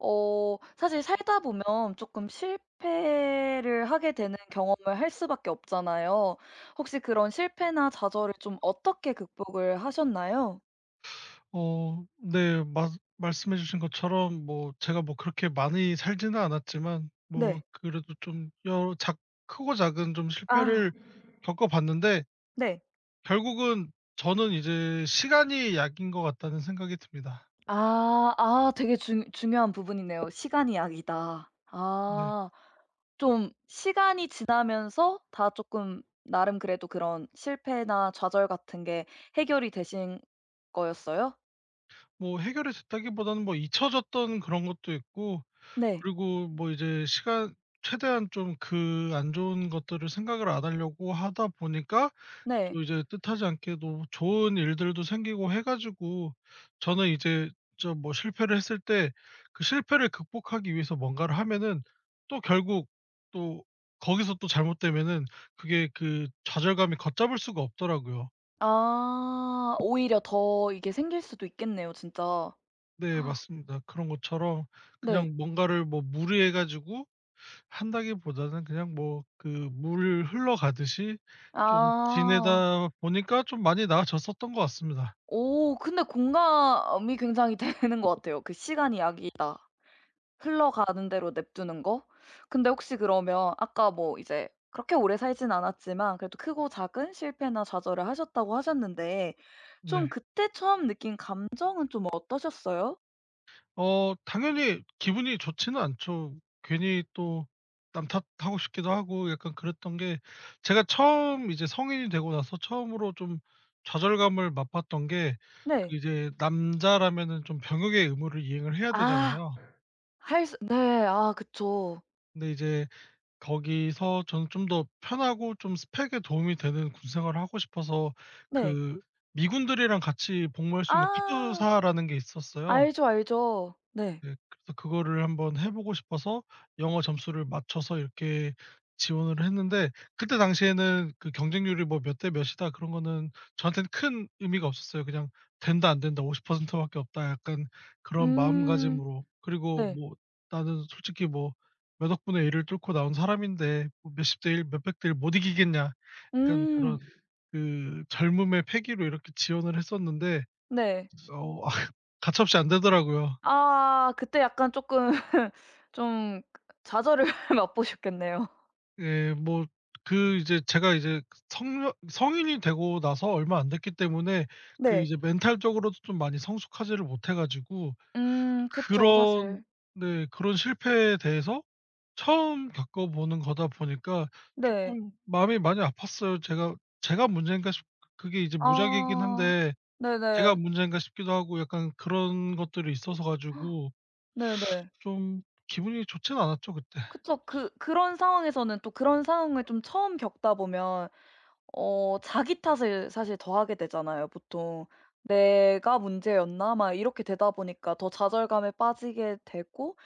어 사실 살다 보면 조금 실패를 하게 되는 경험을 할 수밖에 없잖아요. 혹시 그런 실패나 좌절을 좀 어떻게 극복을 하셨나요? 네. 말씀해 주신 것처럼 뭐 제가 뭐 그렇게 많이 살지는 않았지만, 뭐 네. 그래도 좀 여러 작 크고 작은 좀 아. 실패를 겪어 봤는데, 네. 결국은 저는 이제 '시간이 약인 것 같다.'는 생각이 듭니다. 아. 아 되게 중 중요한 부분이네요. "시간이 약이다." 네. 아. 좀 시간이 지나면서 다 조금 나름 그래도 그런 실패나 좌절 같은 게 해결이 되신 거였어요? 뭐 해결이 됐다기보다는 뭐 잊혀졌던 그런 것도 있고, 네. 그리고 뭐 이제 시간 최대한 좀 그 안 좋은 것들을 생각을 안 하려고 하다 보니까, 네. 또 이제 뜻하지 않게도 좋은 일들도 생기고 해 가지고, 저는 이제 좀 뭐 실패를 했을 때 그 실패를 극복하기 위해서 뭔가를 하면은 또 결국 또 거기서 또 잘못되면은 그게 그 좌절감이 걷잡을 수가 없더라고요. 아 오히려 더 이게 생길 수도 있겠네요 진짜. 네, 맞습니다. 그런 것처럼 네. 그냥 뭔가를 뭐 무리해 가지고 한다기보다는 그냥 뭐 그 물 흘러가듯이 좀 아. 지내다 보니까 좀 많이 나아졌었던 것 같습니다. 오 근데 공감이 굉장히 되는 것 같아요. 그 시간이 약이다. 흘러가는 대로 냅두는 거. 근데 혹시 그러면 아까 뭐 이제 그렇게 오래 살진 않았지만 그래도 크고 작은 실패나 좌절을 하셨다고 하셨는데 네. 좀 그때 처음 느낀 감정은 좀 어떠셨어요? 당연히 기분이 좋지는 않죠. 괜히 또 남 탓하고 싶기도 하고 약간 그랬던 게, 제가 처음 이제 성인이 되고 나서 처음으로 좀 좌절감을 맛봤던 게, 그 네. 이제 남자라면은 좀 병역의 의무를 이행을 해야 아 되잖아요. 할 수 네. 아 그쵸. 근데 이제 거기서 저는 좀 더 편하고 좀 스펙에 도움이 되는 군 생활을 하고 싶어서, 네. 그 미군들이랑 같이 복무할 수 있는 아. 카투사라는 게 있었어요. 알죠, 알죠. 네. 네. 그래서 그거를 한번 해 보고 싶어서 영어 점수를 맞춰서 이렇게 지원을 했는데, 그때 당시에는 그 경쟁률이 뭐 몇 대 몇이다 그런 거는 저한테는 큰 의미가 없었어요. 그냥 '된다 안 된다 50% 밖에 없다.' 약간 그런 음. 마음가짐으로. 그리고 네. 뭐 나는 솔직히 뭐 '몇 억분의 1을 뚫고 나온 사람인데 뭐 몇십 대 1 몇백 대 1 못 이기겠냐.' 약간 그런 음. 그 젊음의 패기로 이렇게 지원을 했었는데, 네. 어 가차없이 안 되더라고요. 아 그때 약간 쪼끔 좀 좌절을 맛보셨겠네요. 예. 뭐 그 이제 제가 이제 성 성인이 되고 나서 얼마 안 됐기 때문에, 그 네. 이제 멘탈적으로도 좀 많이 성숙하지를 못해 가지고, 그쵸 그런 사실. 네, 그런 실패에 대해서 처음 겪어 보는 거다 보니까 네. 조금 마음이 많이 아팠어요. 제가 문제인가 싶 그게 이제 무작위이긴 아. 한데, 제가 네네. 문제인가 싶기도 하고 약간 그런 것들이 있어서 가지고 네네. 좀 기분이 좋진 않았죠 그때. 그쵸. 그런 상황에서는 또 그런 상황을 좀 처음 겪다 보면 어 자기 탓을 사실 더 하게 되잖아요 보통. '내가 문제였나?' 막 이렇게 되다 보니까 더 좌절감에 빠지게 되고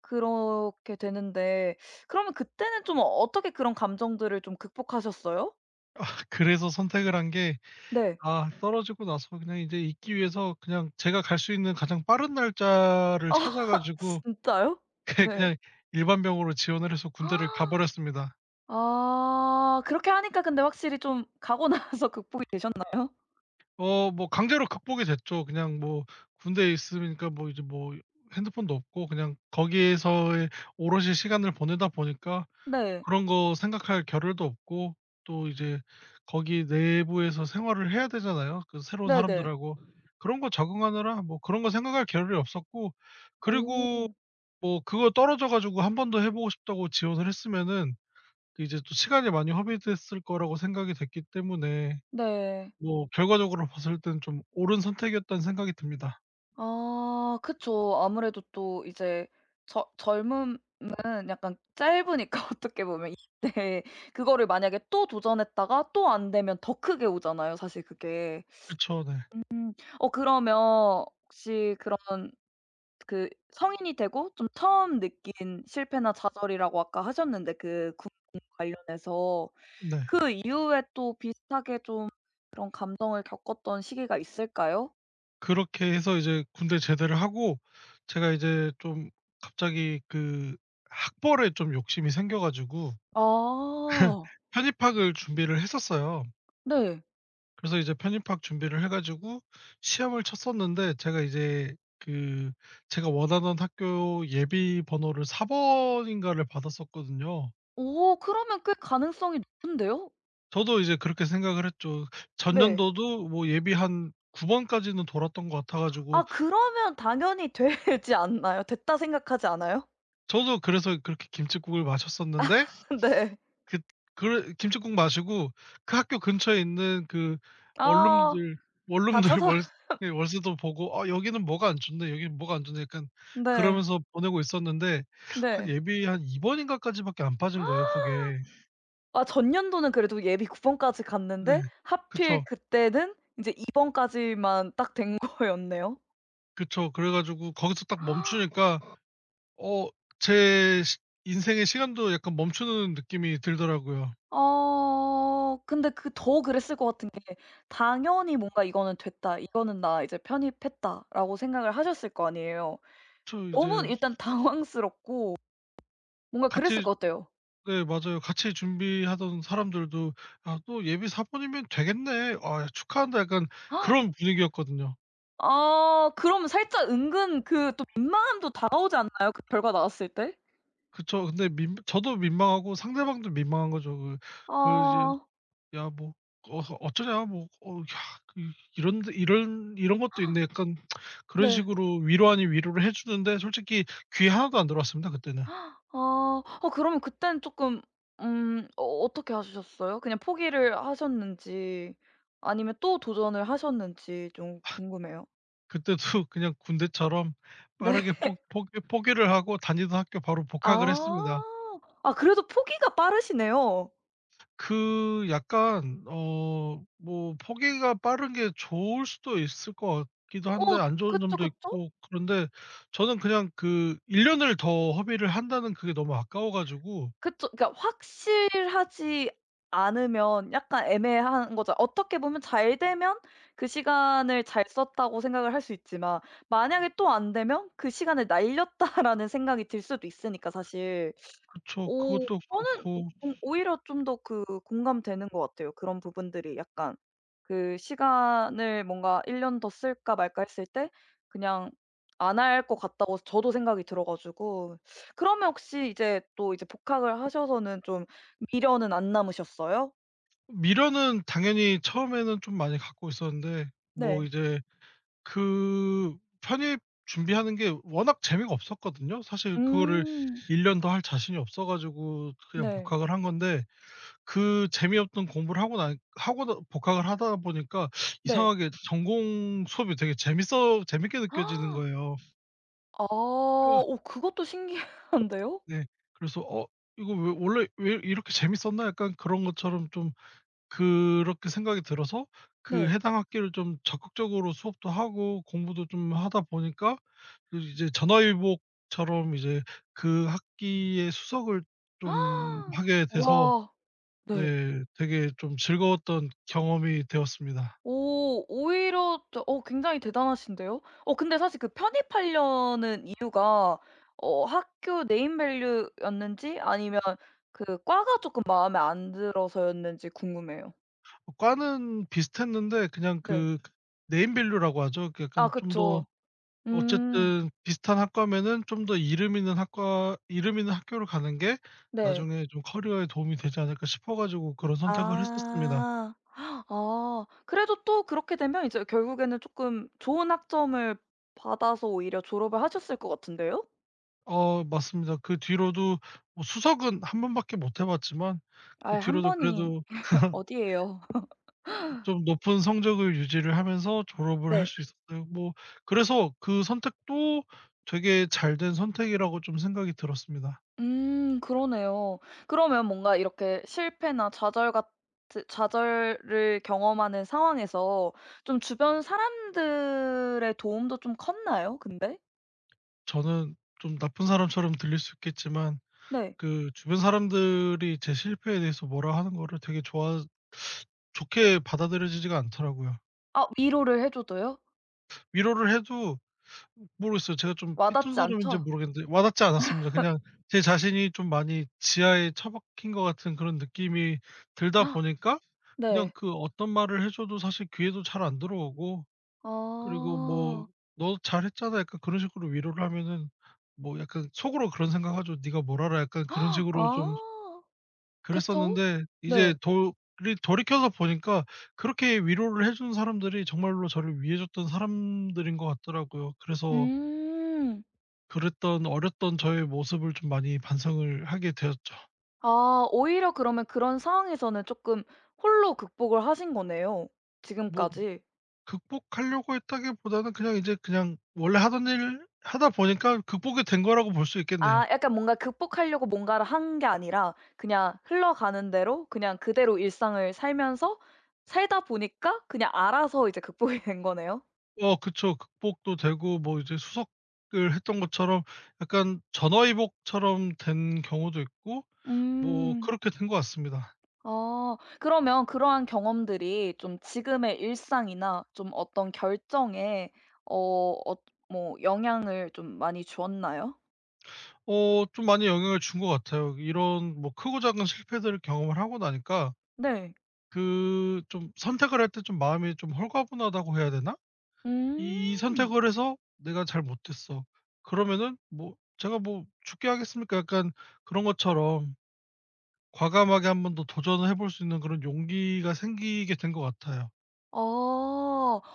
그렇게 되는데 그러면 그때는 좀 어떻게 그런 감정들을 좀 극복하셨어요? 아, 그래서 선택을 한게, 네. 아, 떨어지고 나서 그냥 이제 있기 위해서 그냥 제가 갈 수 있는 가장 빠른 날짜를 아 찾아 가지고 진짜요? 그 네. 그냥 일반병으로 지원을 해서 군대를 가 버렸습니다. 아 그렇게 하니까 근데 확실히 좀 가고 나서 극복이 되셨나요? 뭐 강제로 극복이 됐죠. 그냥 뭐 군대에 있으니까 뭐 이제 뭐 핸드폰도 없고 그냥 거기에서의 오롯이 시간을 보내다 보니까 네. 그런 거 생각할 겨를도 없고, 또 이제 거기 내부에서 생활을 해야 되잖아요, 그 새로운 네네. 사람들하고. 그런 거 적응하느라 뭐 그런 거 생각할 겨를이 없었고, 그리고 오. 뭐 그거 떨어져 가지고 한 번 더 해 보고 싶다고 지원을 했으면은 그 이제 또 시간이 많이 허비됐을 거라고 생각이 됐기 때문에, 네. 뭐 결과적으로 봤을 땐 좀 옳은 선택이었다는 생각이 듭니다. 아 그쵸. 아무래도 또 이제 저 젊음은 약간 짧으니까 어떻게 보면 이때 그거를 만약에 또 도전했다가 또 안 되면 더 크게 오잖아요 사실 그게. 그쵸. 네. 어 그러면 혹시 그런 그 성인이 되고 좀 처음 느낀 실패나 좌절이라고 아까 하셨는데 그 군 관련해서 네. 그 이후에 또 비슷하게 좀 그런 감정을 겪었던 시기가 있을까요? 그렇게 해서 이제 군대 제대를 하고, 제가 이제 좀 갑자기 그 학벌에 좀 욕심이 생겨 가지고 아. 편입학을 준비를 했었어요. 네. 그래서 이제 편입학 준비를 해 가지고 시험을 쳤었는데, 제가 이제 그 제가 원하던 학교 예비 번호를 4 번인가를 받았었거든요. 오 그러면 꽤 가능성이 높은데요? 저도 이제 그렇게 생각을 했죠. 네. 전년도도 뭐 예비 한 9 번까지는 돌았던 것 같아 가지고, 아 그러면 당연히 되지 않나요? 됐다 생각하지 않아요? 저도 그래서 그렇게 김칫국을 마셨었는데, 네. 그 그래 김칫국 마시고 그 학교 근처에 있는 그 아 원룸들 다 원룸들 찾아 월 예, 월세도 보고 '아 여기는 뭐가 안 좋네. 여기는 뭐가 안 좋네.' 약간 네. 그러면서 보내고 있었는데, 한 네. 예비 한 2 번인가까지밖에 안 빠진 거예요 그게. 아 전년도는 그래도 예비 9 번까지 네. 갔는데 하필 그쵸. 그때는 인제 2 번까지만 딱 된 거였네요. 그쵸. 그래 가지고 거기서 딱 멈추니까, 어 제 시 인생의 시간도 약간 멈추는 느낌이 들더라고요. 어 근데 그 더 그랬을 것 같은 게 당연히 뭔가 '이거는 됐다. 이거는 나 이제 편입했다.'라고 생각을 하셨을 거 아니에요. 저 너무 이제 일단 당황스럽고 뭔가 그랬을 같이 것 같아요. 네, 맞아요. 같이 준비하던 사람들도 '아 또 예비 사모님이면 되겠네. 아 축하한다.' 약간 그런 분위기였거든요. 아 그러면 살짝 은근 그 또 민망함도 다가오지 않나요? 그 결과 나왔을 때? 그쵸. 근데 민 저도 민망하고 상대방도 민망한 거죠. 그 이제 아 "야, 뭐, 어 어쩌냐. 뭐 어, 야, 이 이런 데 이런 것도 있네." 약간 그런 네. 식으로 위로 아닌 위로를 해 주는데, 솔직히 귀에 하나도 안 들어왔습니다 그때는. 아. 어 그러면 그때는 조금 어 어떻게 하셨어요? 그냥 포기를 하셨는지 아니면 또 도전을 하셨는지 좀 궁금해요. 그때도 그냥 군대처럼 네. 빠르게 포 포기 포기를 하고 다니던 학교 바로 복학을 아. 했습니다. 아 그래도 포기가 빠르시네요. 그 약간 뭐 포기가 빠른 게 좋을 수도 있을 것 같기도 어 한데 안 좋은 그쵸, 점도 그쵸. 있고 그런데, 저는 그냥 그 1 년을 더 허비를 한다는 그게 너무 아까워 가지고. 그쵸. 그러니까 확실하지 않으면 약간 애매한 거죠. 어떻게 보면 잘 되면 그 시간을 잘 썼다고 생각을 할 수 있지만 만약에 또 안 되면 '그 시간을 날렸다.'라는 생각이 들 수도 있으니까 사실. 그쵸. 오 그것도 저는 그렇고, 오히려 좀 더 그 공감되는 것 같아요. 그런 부분들이 약간 그 시간을 뭔가 1년 더 쓸까 말까 했을 때 그냥 안 할 것 같다고 저도 생각이 들어 가지고 그러면 혹시 이제 또 복학을 하셔서는 좀 미련은 안 남으셨어요? 미련은 당연히 처음에는 좀 많이 갖고 있었는데, 뭐 네. 이제 그 편입 준비하는 게 워낙 재미가 없었거든요. 사실 그거를 음. 1년 더 할 자신이 없어 가지고 그냥 네. 복학을 한 건데, 그 재미없던 공부를 하고 나 복학을 하다 보니까 네. 이상하게 전공 수업이 되게 재밌어 재밌게 아. 느껴지는 거예요. 그 오 그것도 신기한데요? 네. 그래서 '어 이거 왜 원래 왜 이렇게 재밌었나?' 약간 그런 것처럼 좀 그렇게 생각이 들어서 그 네. 해당 학기를 좀 적극적으로 수업도 하고 공부도 좀 하다 보니까 그 이제 전화위복처럼 이제 그 학기의 수석을 좀 하게 돼서, 와. 네. 네, 되게 좀 즐거웠던 경험이 되었습니다. 오 오히려 저 어 굉장히 대단하신데요. 어 근데 사실 그 편입하려는 이유가 어 학교 네임 밸류였는지 아니면 그 과가 조금 마음에 안 들어서였는지 궁금해요. 과는 비슷했는데 그냥 네. 그 네임 밸류라고 하죠. 그 아 약간 좀 더, 그쵸. 음 어쨌든 비슷한 학과면은 좀 더 이름 있는 학과 이름 있는 학교를 가는 게 네. 나중에 좀 커리어에 도움이 되지 않을까 싶어 가지고 그런 선택을 했었습니다. 아. 아 그래도 또 그렇게 되면 이제 결국에는 조금 좋은 학점을 받아서 오히려 졸업을 하셨을 것 같은데요? 맞습니다. 그 뒤로도 뭐 수석은 한 번밖에 못 해 봤지만 아 그 한 뒤로도 번이 그래도 어디예요. 좀 높은 성적을 유지를 하면서 졸업을 할 네. 수 있었어요. 뭐 그래서 그 선택도 되게 잘된 선택이라고 좀 생각이 들었습니다. 그러네요. 그러면 뭔가 이렇게 실패나 좌절 같은 좌절을 경험하는 상황에서 좀 주변 사람들의 도움도 좀 컸나요 근데? 저는 좀 나쁜 사람처럼 들릴 수 있겠지만, 네. 그 주변 사람들이 제 실패에 대해서 뭐라 하는 거를 되게 좋아 좋게 받아들여지지가 않더라고요. 아 위로를 해 줘도요? 위로를 해도 모르겠어요. 제가 좀 와 삐뚤 닿지 사람인지 않죠? 모르겠는데 와닿지 않았습니다. 그냥 제 자신이 좀 많이 지하에 처박힌 것 같은 그런 느낌이 들다 아, 보니까 그냥 네. 그 어떤 말을 해 줘도 사실 귀에도 잘 안 들어오고, 그리고 뭐 아. "너 잘했잖아." 약간 그런 식으로 위로를 하면은 뭐 약간 속으로 그런 생각하죠. "네가 뭘 알아." 약간 그런 식으로 좀 아 그쵸. 그랬었는데, 네. 이제 돌이켜서 보니까 그렇게 위로를 해준 사람들이 정말로 저를 위해 줬던 사람들인 것 같더라고요. 그래서 음. 그랬던 어렸던 저의 모습을 좀 많이 반성을 하게 되었죠. 아 오히려 그러면 그런 상황에서는 조금 홀로 극복을 하신 거네요 뭐 지금까지. 극복하려고 했다기보다는 그냥 이제 그냥 원래 하던 일 하다 보니까 극복이 된 거라고 볼 수 있겠네요. 아 약간 뭔가 극복하려고 뭔가를 한 게 아니라 그냥 흘러가는 대로 그냥 그대로 일상을 살면서 살다 보니까 그냥 알아서 이제 극복이 된 거네요? 어 그쵸. 극복도 되고 뭐 이제 수석을 했던 것처럼 약간 전화위복처럼 된 경우도 있고 뭐 음. 그렇게 된 것 같습니다. 아. 그러면 그러한 경험들이 좀 지금의 일상이나 좀 어떤 결정에 어 뭐 영향을 좀 많이 주었나요? 좀 많이 영향을 준 것 같아요. 이런 뭐 크고 작은 실패들을 경험을 하고 나니까 네. 그 좀 선택을 할 때 좀 마음이 좀 홀가분하다고 해야 되나? 음. '이 선택을 해서 내가 잘 못했어. 그러면은 뭐 제가 뭐 죽게 하겠습니까?' 약간 그런 것처럼 과감하게 한번 더 도전을 해볼 수 있는 그런 용기가 생기게 된 것 같아요. 아.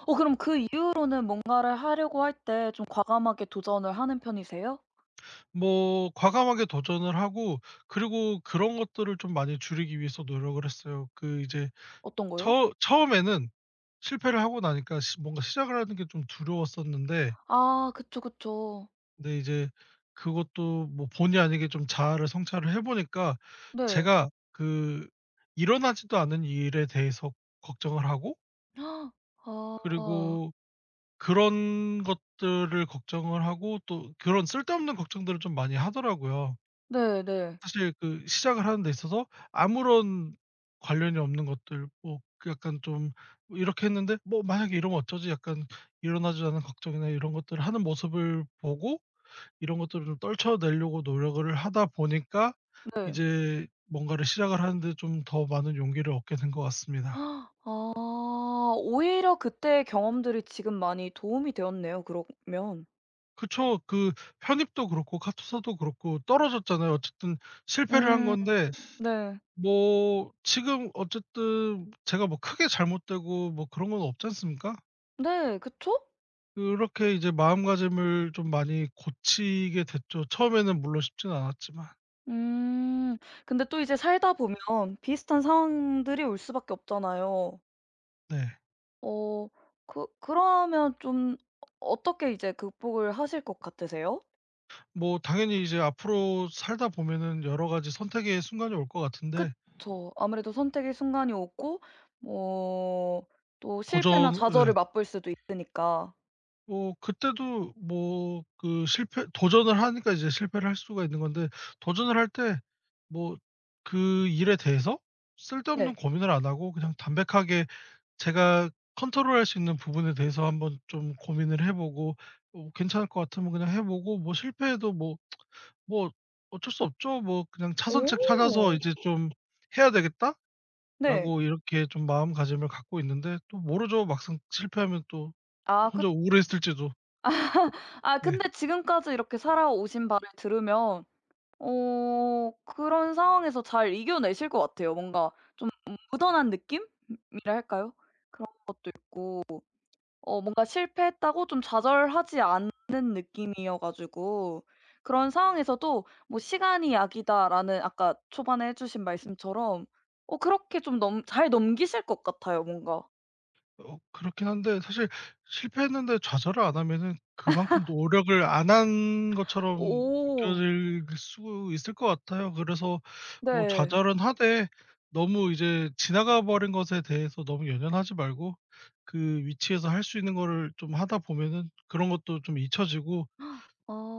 어 그럼 그 이후로는 뭔가를 하려고 할 때 좀 과감하게 도전을 하는 편이세요? 뭐 과감하게 도전을 하고, 그리고 그런 것들을 좀 많이 줄이기 위해서 노력을 했어요. 그 이제 어떤 거요? 처 처음에는 실패를 하고 나니까 시 뭔가 시작을 하는 게 좀 두려웠었는데, 아 그쵸, 그쵸. 근데 이제 그것도 뭐 본의 아니게 좀 자아를 성찰을 해 보니까 네. 제가 그 일어나지도 않은 일에 대해서 걱정을 하고, 아. 그리고 그런 것들을 걱정을 하고, 또 그런 쓸데없는 걱정들을 좀 많이 하더라고요. 네네. 네. 사실 그 시작을 하는 데 있어서 아무런 관련이 없는 것들, 뭐 그 약간 좀 뭐 이렇게 했는데 '뭐 만약에 이러면 어쩌지?' 약간 일어나지 않은 걱정이나 이런 것들을 하는 모습을 보고, 이런 것들을 좀 떨쳐내려고 노력을 하다 보니까 네. 이제 뭔가를 시작을 하는데 좀 더 많은 용기를 얻게 된 것 같습니다. 아 오히려 그때의 경험들이 지금 많이 도움이 되었네요 그러면. 그쵸. 그 편입도 그렇고 카투사도 그렇고 떨어졌잖아요. 어쨌든 실패를 한 음 건데, 네. 뭐 지금 어쨌든 제가 뭐 크게 잘못되고 뭐 그런 건 없지 않습니까? 네 그쵸? 그렇게 이제 마음가짐을 좀 많이 고치게 됐죠. 처음에는 물론 쉽진 않았지만. 음 근데 또 이제 살다 보면 비슷한 상황들이 올 수밖에 없잖아요. 네. 어 그 그러면 좀 어떻게 이제 극복을 하실 것 같으세요? 뭐 당연히 이제 앞으로 살다 보면은 여러 가지 선택의 순간이 올 것 같은데, 그쵸. 아무래도 선택의 순간이 오고 뭐 또 실패나 도전 예. 좌절을 맛볼 수도 있으니까. 뭐 그때도 뭐 그 실패 도전을 하니까 이제 실패를 할 수가 있는 건데, 도전을 할 때 뭐 그 일에 대해서 쓸데없는 네. 고민을 안 하고 그냥 담백하게 제가 컨트롤할 수 있는 부분에 대해서 한번 좀 고민을 해 보고, 괜찮을 것 같으면 그냥 해 보고, 뭐 실패해도 뭐 뭐 '어쩔 수 없죠. 뭐 그냥 오. 차선책 찾아서 이제 좀 해야 되겠다.'라고 네. 이렇게 좀 마음가짐을 갖고 있는데, 또 모르죠. 막상 실패하면 또 아 그 혼자 우울했을지도. 아 네. 근데 지금까지 이렇게 살아오신 바를 들으면 어 그런 상황에서 잘 이겨내실 것 같아요. 뭔가 무던한 느낌이라 할까요? 어 뭔가 실패했다고 좀 좌절하지 않는 느낌이어 가지고 그런 상황에서도 뭐 '시간이 약이다.'라는 아까 초반에 해 주신 말씀처럼 어 그렇게 좀 넘 잘 넘기실 것 같아요 뭔가. 그렇긴 한데, 사실 실패했는데 좌절을 안 하면은 그만큼 노력을 안 한 것처럼 오 느껴질 수 있을 것 같아요. 그래서 뭐 네. 좌절은 하되 너무 이제 지나가 버린 것에 대해서 너무 연연하지 말고 그 위치에서 할 수 있는 거를 좀 하다 보면은 그런 것도 좀 잊혀지고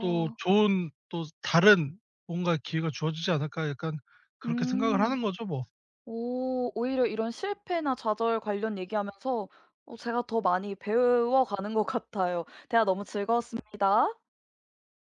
또 좋은 또 다른 뭔가 기회가 주어지지 않을까, 약간 그렇게 생각을 음. 하는 거죠 뭐. 오 오히려 이런 실패나 좌절 관련 얘기하면서 어 제가 더 많이 배워가는 것 같아요. 대화 너무 즐거웠습니다.